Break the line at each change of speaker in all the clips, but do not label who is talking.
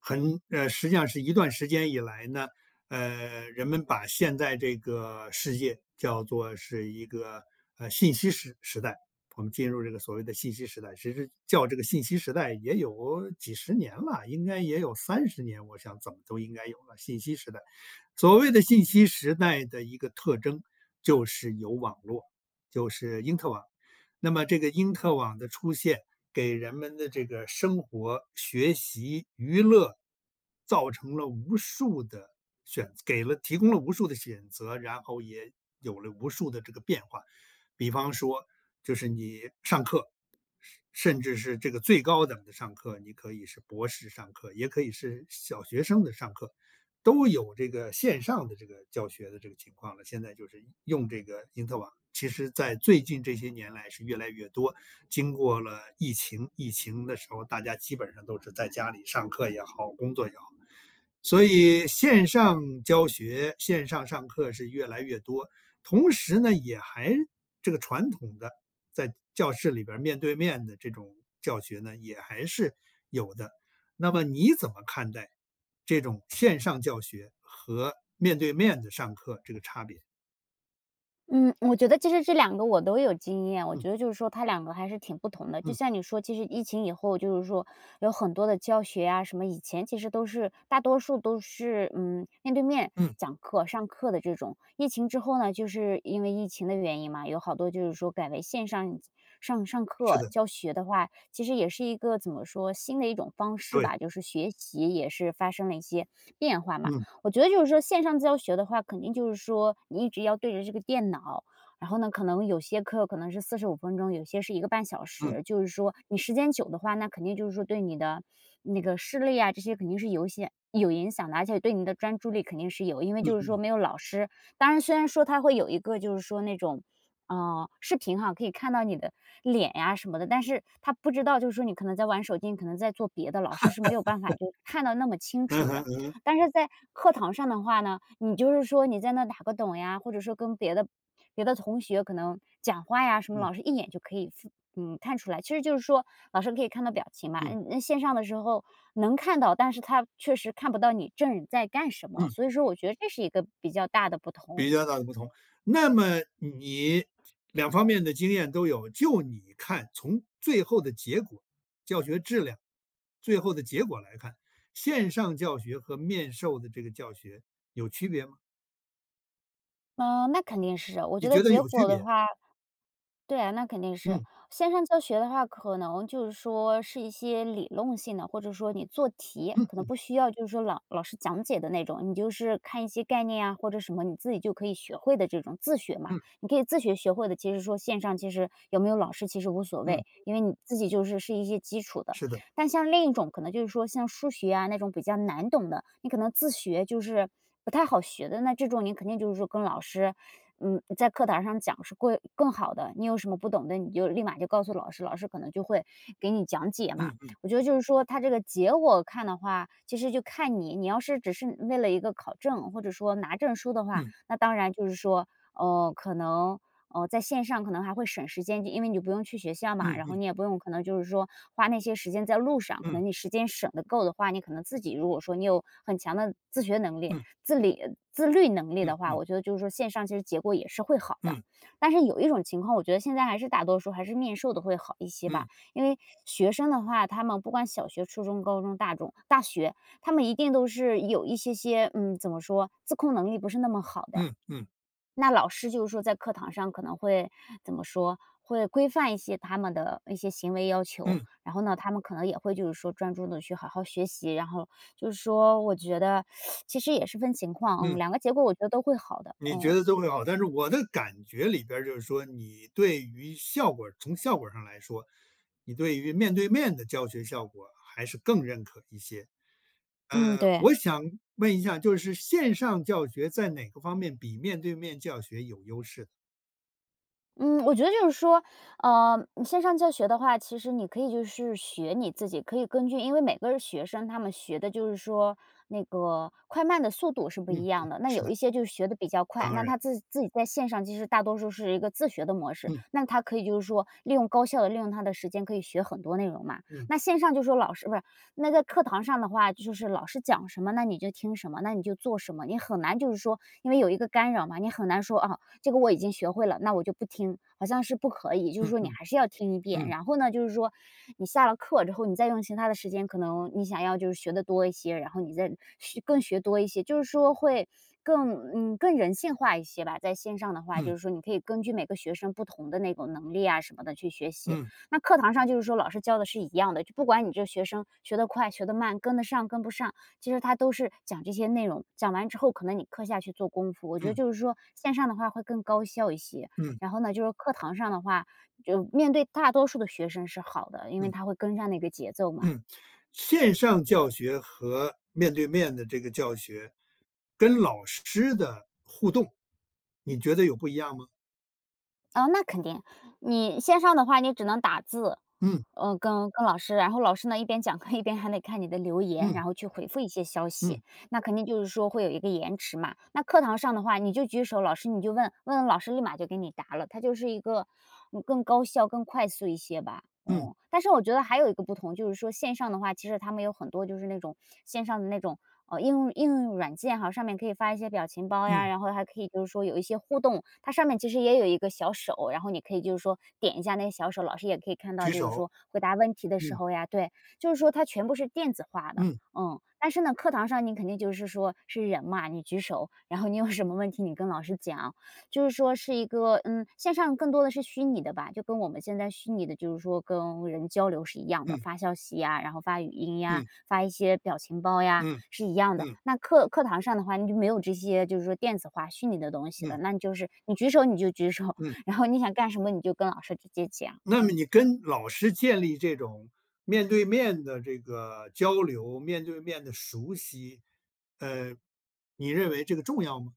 实际上是一段时间以来呢，人们把现在这个世界叫做是一个信息时代，我们进入这个所谓的信息时代，其实叫这个信息时代也有几十年了，应该也有30年，我想怎么都应该有了。信息时代，所谓的信息时代的一个特征就是有网络，就是因特网。那么这个因特网的出现，给人们的这个生活、学习、娱乐造成了无数的选，给了提供了无数的选择，然后也有了无数的这个变化。比方说，就是你上课。甚至是这个最高等的上课，你可以是博士上课，也可以是小学生的上课，都有这个线上的这个教学的这个情况了。现在就是用这个因特网，其实，在最近这些年来是越来越多。经过了疫情，疫情的时候，大家基本上都是在家里上课也好，工作也好，所以线上教学、线上上课是越来越多。同时呢，也还这个传统的在教室里边儿面对面的这种教学呢，也还是有的。那么你怎么看待这种线上教学和面对面的上课这个差别？
嗯，我觉得其实这两个我都有经验，我觉得
嗯
就是说它两个还是挺不同的。就
嗯
像你说，其实疫情以后，就是说有很多的教学啊，什么以前其实都是大多数都是面对面
嗯，
讲课、上课的这种。疫情之后呢，就是因为疫情的原因嘛，有好多就是说改为线上上
是
课
的，
教学的话，其实也是一个怎么说新的一种方式
对，
吧，就是学习也是发生了一些变化嘛。
嗯
我觉得就是说线上教学的话，肯定就是说你一直要对着这个电脑，然后呢，可能有些课可能是45分钟，有些是一个半小
嗯
时，就是说你时间久的话，那肯定就是说对你的那个视力啊，这些肯定是有一些有影响的，而且对你的专注力肯定是有，因为
嗯
就是说
嗯，
没有老师。当然虽然说他会有一个就是说那种，视频哈，可以看到你的脸呀什么的，但是他不知道就是说你可能在玩手机，你可能在做别的，老师是没有办法就看到那么清
嗯
楚的。
嗯
但是在课堂上的话呢，你就是说你在那打个盹呀，或者说跟别的同学可能讲话呀什么，
嗯
老师一眼就可以看出来。其实就是说老师可以看到表情嘛，
嗯
那线上的时候能看到，但是他确实看不到你正在干什么，
嗯。
所以说我觉得这是一个比较大的不同。
比较大的不同，那么你两方面的经验都有，就你看从最后的结果、教学质量、最后的结果来看，线上教学和面授的这个教学有区别吗？
嗯，那肯定是，我
你
觉得
觉得
结
有区
果的
别？
话对啊，那肯定是。
嗯
线上教学的话，可能就是说是一些理论性的，或者说你做题，可能
嗯
不需要就是说老师讲解的那种，你就是看一些概念啊，或者什么你自己就可以学会的这种自学嘛。
嗯
你可以自学学会的，其实说线上其实有没有老师其实无所
嗯，
谓，因为你自己就是一些基础的。
是的，
但像另一种可能就是说像数学啊那种比较难懂的，你可能自学就是不太好学的，那这种你肯定就是说跟老师在课堂上讲是会更好的。你有什么不懂的，你就立马就告诉老师，老师可能就会给你讲解嘛。
嗯嗯
我觉得就是说，它这个结果看的话，其实就看你，你要是只是为了一个考证或者说拿证书的话，
嗯
那当然就是说，呃，可能。呃，在线上可能还会省时间，就因为你就不用去学校嘛，
嗯
然后
嗯
你也不用可能就是说花那些时间在路上，可
嗯
能你时间省得够的话，你可能自己如果说你有很强的自学能力，
嗯
自理自律能力
嗯
的话，
嗯
我觉得就是说线上其实结果也是会好的。但是有一种情况，我觉得现在还是大多数还是面授的会好一些吧，
嗯
因为学生的话，他们不管小学、初中、高中、大中、大学，他们一定都是有一些，嗯，怎么说，自控能力不是那么好的。
嗯嗯
那老师就是说在课堂上可能会怎么说，会规范一些他们的一些行为要求，然后呢，他们可能也会就是说专注的去好好学习，然后就是说我觉得其实也是分情况，嗯，
嗯。
两个结果我觉得都会好的，
你觉
嗯，
得都会好，但是我的感觉里边儿就是说，你对于效果从效果上来说，你对于面对面的教学效果还是更认可一些。
嗯，对。
我想问一下，就是线上教学在哪个方面比面对面教学有优势？
嗯，我觉得就是说，线上教学的话，其实你可以就是学你自己，可以根据因为每个学生他们学的就是说那个快慢的速度是不一
嗯嗯，
样的，那
是
有
的，
一些就是学的比较快，
当
那
然，
他自己在线上其实大多数是一个自学的模式，
嗯
那他可以就是说利用高效的利用他的时间，可以学很多内容嘛。
嗯
那线上就说老师不是那在课堂上的话，就是老师讲什么，那你就听什么，那你就做什么，你很难就是说因为有一个干扰嘛，你很难说啊。这个我已经学会了，那我就不听，好像是不可以。就是
嗯
说你
嗯
还是要听一遍，
嗯
然后呢，就是说你下了课之后，你再用其他的时间，可能你想要就是学的多一些，然后你再学更多一些，就是说会更更人性化一些吧。在线上的话，就
嗯
是说你可以根据每个学生不同的那种能力啊什么的去学习。
嗯
那课堂上就是说老师教的是一样的，就不管你这学生学得快学得慢，跟得上跟不上，其实他都是讲这些内容，讲完之后可能你课下去做功夫，我觉
嗯
得
嗯
就是说线上的话会更高效一些。
嗯嗯。
然后呢，就是课堂上的话，就面对大多数的学生是好的，因为他会跟上那个节奏嘛。
嗯，线上教学和面对面的这个教学，跟老师的互动，你觉得有不一样吗？
哦，那肯定，你线上的话你只能打字，
嗯
跟老师，然后老师呢一边讲课一边还得看你的留言，
嗯
然后去回复一些消息。
嗯
那肯定就是说会有一个延迟嘛。那课堂上的话，你就举手，老师你就问，问了老师立马就给你答了，它就是一个更高效、更快速一些吧。
嗯
哦，但是我觉得还有一个不同，就是说线上的话，其实他们有很多就是那种线上的那种应用软件哈，上面可以发一些表情包呀，
嗯，
然后还可以就是说有一些互动，它上面其实也有一个小手，然后你可以就是说点一下那个小手，老师也可以看到，
举
就是
手，
说回答问题的时
嗯
候呀，对，就是说它全部是电子化的，
嗯
嗯，但是呢，课堂上你肯定就是说是人嘛，你举手，然后你有什么问题你跟老师讲，就是说是一个嗯，线上更多的是虚拟的吧，就跟我们现在虚拟的，就是说跟人交流是一样的，
嗯
发消息呀，然后发语音呀，
嗯
发一些表情包呀，
嗯
是一样的。
嗯
那课堂上的话，你就没有这些就是说电子化虚拟的东西了，
嗯
那你就是你举手你就举手，
嗯。
然后你想干什么你就跟老师直接讲，
那么
嗯。
你跟老师建立这种面对面的这个交流，面对面的熟悉，呃，你认为这个重要吗？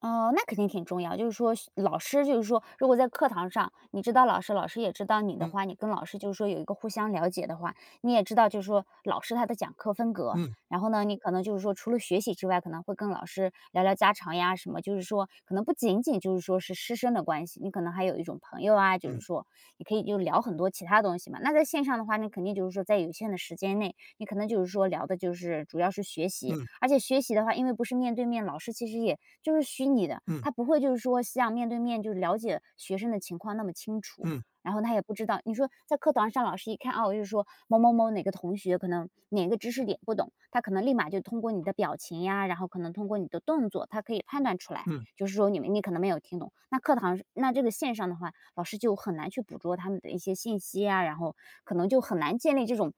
哦，那肯定挺重要。就是说学老师就是说，如果在课堂上，你知道老师，老师也知道你的
嗯
话，你跟老师就是说有一个互相了解的话，你也知道就是说老师他的讲课风格，
嗯
然后呢，你可能就是说除了学习之外，可能会跟老师聊聊家常呀什么，就是说可能不仅仅就是说是师生的关系，你可能还有一种朋友啊，就是
嗯
说你可以就聊很多其他东西嘛。那在线上的话，那肯定就是说在有限的时间内，你可能就是说聊的就是主要是学习，
嗯
而且学习的话，因为不是面对面，老师其实也就是虚拟的，
嗯
他不会就是说像面对面就是了解学生的情况那么清楚。
嗯嗯
然后他也不知道，你说在课堂上，老师一看哦，就是说某某某哪个同学可能哪个知识点不懂，他可能立马就通过你的表情呀，然后可能通过你的动作，他可以判断出来，
嗯
就是说你可能没有听懂。那课堂那这个线上的话，老师就很难去捕捉他们的一些信息啊，然后可能就很难建立这种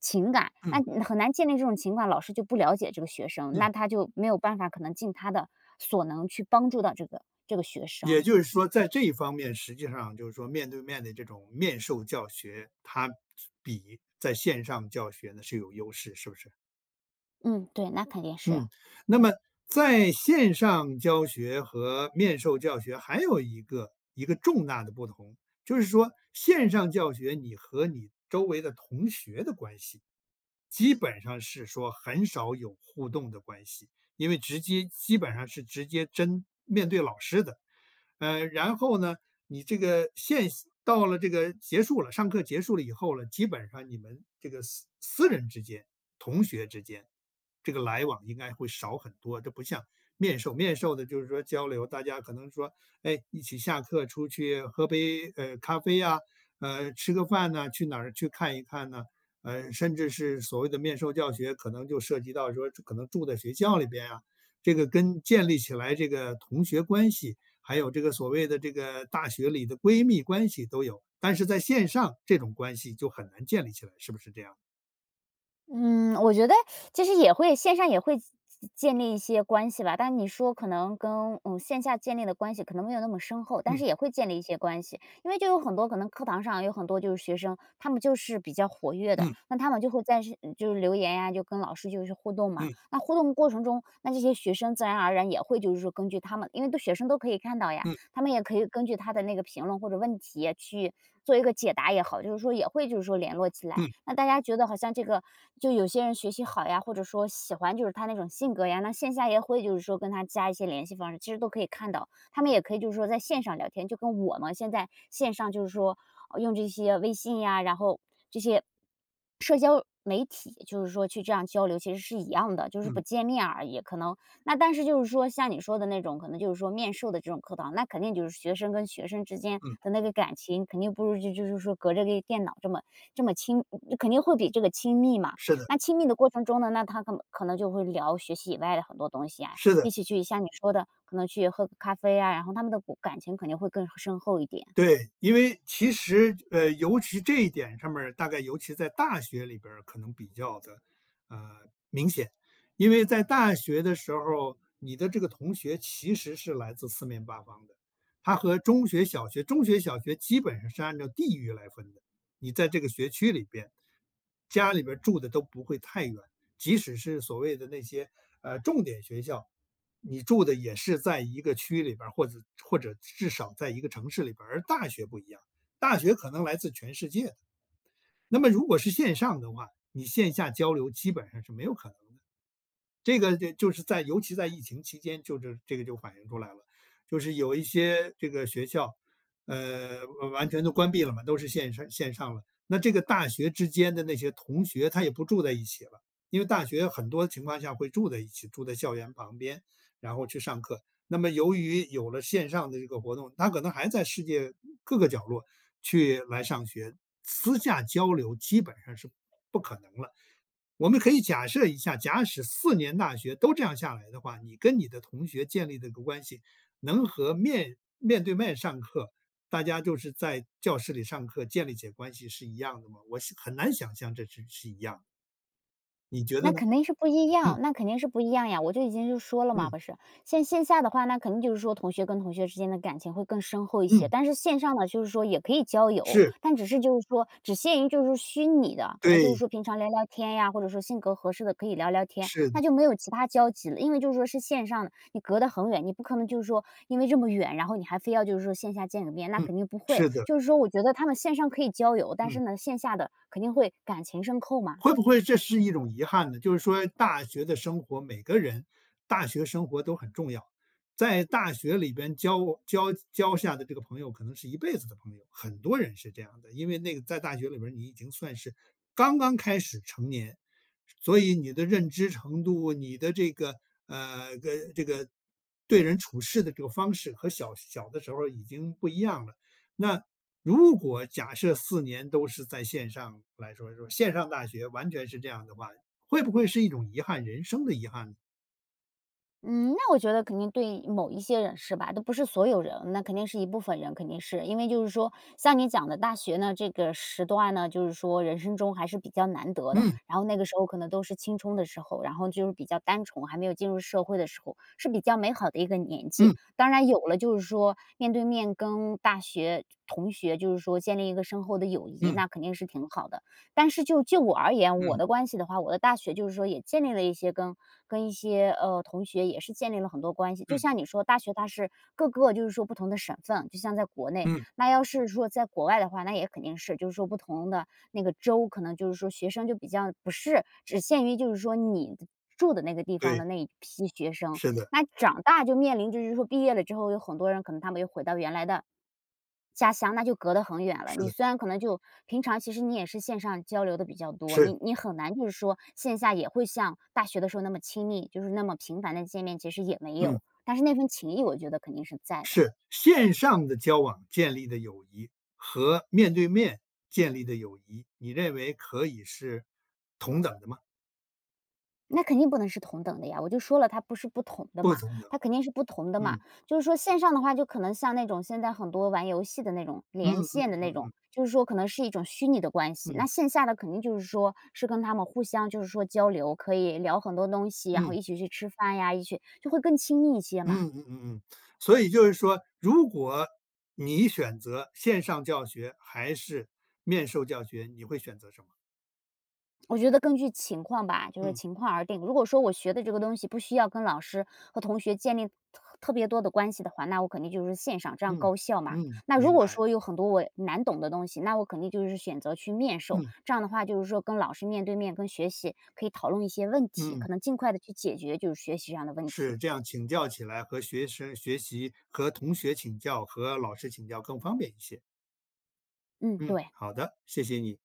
情感，
嗯
那很难建立这种情感，老师就不了解这个学生，
嗯。
那他就没有办法可能尽他的所能去帮助到这个学
也
生。
就是说，在这一方面，实际上就是说，面对面的这种面授教学，它比在线上教学呢是有优势，是不是？
嗯，对，那肯定是。
嗯，那么在线上教学和面授教学还有一个重大的不同，就是说线上教学你和你周围的同学的关系，基本上是说很少有互动的关系，因为基本上是直接针面对老师的。然后呢，你这个到了这个结束了，上课结束了以后了，基本上你们这个私人之间、同学之间，这个来往应该会少很多。这不像面授，面授的就是说交流，大家可能说，哎，一起下课出去喝杯咖啡呀、吃个饭呐、去哪儿去看一看呢、甚至是所谓的面授教学，可能就涉及到说可能住在学校里边啊，这个跟建立起来这个同学关系。还有这个所谓的这个大学里的闺蜜关系都有，但是在线上这种关系就很难建立起来，是不是这样？
嗯，我觉得其实也会线上也会建立一些关系吧，但你说可能跟线下建立的关系可能没有那么深厚，但
嗯
是也会建立一些关系，因为就有很多可能课堂上有很多就是学生，他们就是比较活跃的，
嗯
那他们就会在是就是留言呀、就跟老师就是互动嘛。
嗯
那互动过程中，那这些学生自然而然也会就是说根据他们，因为都学生都可以看到呀，
嗯
他们也可以根据他的那个评论或者问题去做一个解答也好，就是说也会就是说联络起来。
嗯
那大家觉得好像这个就有些人学习好呀，或者说喜欢就是他那种性格呀，那线下也会就是说跟他加一些联系方式，其实都可以看到。他们也可以就是说在线上聊天，就跟我们现在线上就是说，用这些微信呀，然后这些媒体，就是说去这样交流其实是一样的，就是不
嗯
见面而已。可能那但是就是说像你说的那种，可能就是说面授的这种课堂，那肯定就是学生跟学生之间
嗯，
的那个感情，肯定不如就是说隔着个电脑这么这么亲，肯定会比这个亲密嘛。
是的，
那亲密的过程中呢，那他可能就会聊学习以外的很多东西啊，
是的。
一起去像你说的，可能去喝个咖啡啊，然后他们的感情肯定会更深厚一点。
对，因为其实尤其这一点上面儿大概尤其在大学里边儿可能比较的呃明显，因为在大学的时候，你的这个同学其实是来自四面八方的，他和中学、小学，中学、小学基本上是按照地域来分的，你在这个学区里边，家里边儿住的都不会太远，即使是所谓的那些重点学校，你住的也是在一个区里边儿，或者至少在一个城市里边儿，而大学不一样，大学可能来自全世界的。那么如果是线上的话，你线下交流基本上是没有可能的。这个就是在尤其在疫情期间，就是这个就反映出来了，就是有一些这个学校，呃，完全都关闭了嘛，都是线上了。那这个大学之间的那些同学，他也不住在一起了，因为大学很多情况下会住在一起，住在校园旁边，然后去上课。那么由于有了线上的这个活动，他可能还在世界各个角落去来上学，私下交流基本上是不可能了。我们可以假设一下，假使4年大学都这样下来的话，你跟你的同学建立的个关系，能和面对面上课，大家就是在教室里上课建立起关系是一样的吗？我是很难想象这是一样的，你觉
那
得呢？
肯定是不一
嗯
样，那肯定是不一样呀！我就已经就说了嘛，
嗯
不是，线下的话，那肯定就是说同学跟同学之间的感情会更深厚一些，
嗯，
但是线上呢，就是说也可以交友，
是，
但只是就是说只限于就是说虚拟的，可能就是
对，
说平常聊聊天呀，或者说性格合适的可以聊聊天，
是的，
那就没有其他交集了，因为就是说是线上的，你隔得很远，你不可能就是说因为这么远，然后你还非要就是说线下见个面，那
嗯，
肯定不会。
是的，
就是说，我觉得他们线上可以交友，但
嗯。
是呢，线下的肯定会感情深厚嘛。
会不会这是一种遗憾呢？就是说大学的生活，每个人大学生活都很重要，在大学里边交下的这个朋友，可能是一辈子的朋友，很多人是这样的。因为那个在大学里边，你已经算是刚刚开始成年，所以你的认知程度、你的这个呃个这个对人处事的这个方式和小小的时候已经不一样了。那如果假设4年都是在线上来说说线上大学完全是这样的话，会不会是一种遗憾，人生的遗憾呢？
嗯，那我觉得肯定对某一些人是吧，都不是所有人，那肯定是一部分人，肯定是因为就是说，像你讲的大学呢，这个时段呢，就是说人生中还是比较难得的。
嗯
然后那个时候可能都是青春的时候，然后就是比较单纯，还没有进入社会的时候，是比较美好的一个年纪。
嗯
当然有了，就是说面对面跟大学同学，就是说建立一个深厚的友谊，
嗯
那肯定是挺好的。但是就我而言，我
嗯
的关系的话，我的大学就是说也建立了一些跟跟一些同学也是建立了很多关系。就
嗯
像你说，大学它是各个就是说不同的省份，就像在国内，
嗯，
那要是说在国外的话，那也肯定是就是说不同的那个州，可能就是说学生就比较不是只限于就是说你住的那个地方的
对，
那一批学生，
是的，
那长大就面临就是说毕业了之后，有很多人可能他们又回到原来的家乡那就隔得很远了。
是
你
的，
虽然可能就平常其实你也是线上交流的比较多，
是，
你很难就是说线下也会像大学的时候那么亲密，就是那么频繁的见面，其实也没
嗯，
有。但是那份情谊我觉得肯定是在的。
是。线上的交往建立的友谊和面对面建立的友谊，你认为可以是同等的吗？
那肯定不能是同等的呀，我就说了它不是不同的
不
嘛，
同等。
它肯定是不同的嘛。
嗯。
就是说线上的话，就可能像那种现在很多玩游戏的那种
嗯
连
嗯
线
嗯
的那
嗯
种，
嗯
就是说可能是一种虚拟的关系。
嗯。
那线下的肯定就是说是跟他们互相就是说交流，可以聊很多东西，然后
嗯
一起去吃饭呀，一起就会更亲密一些嘛。
嗯嗯嗯嗯，所以就是说，如果你选择线上教学还是面授教学，你会选择什么？
我觉得根据情况吧，就是
嗯
情况而定。如果说我学的这个东西不需要跟老师和同学建立特别多的关系的话，那我肯定就是线上，这样
嗯
高效嘛。
嗯，
那如
明
果
白。
说有很多我难懂的东西，那我肯定就是选择去面授。
嗯
这样的话，就是说跟老师面对面跟学习，可以讨论一些问题，
嗯，
可能尽快的去解决就是学习上的问
是
题。
这样，请教起来和学生学习和同学请教和老师请教更方便一些。
嗯，
嗯，
对。
好的，谢谢你。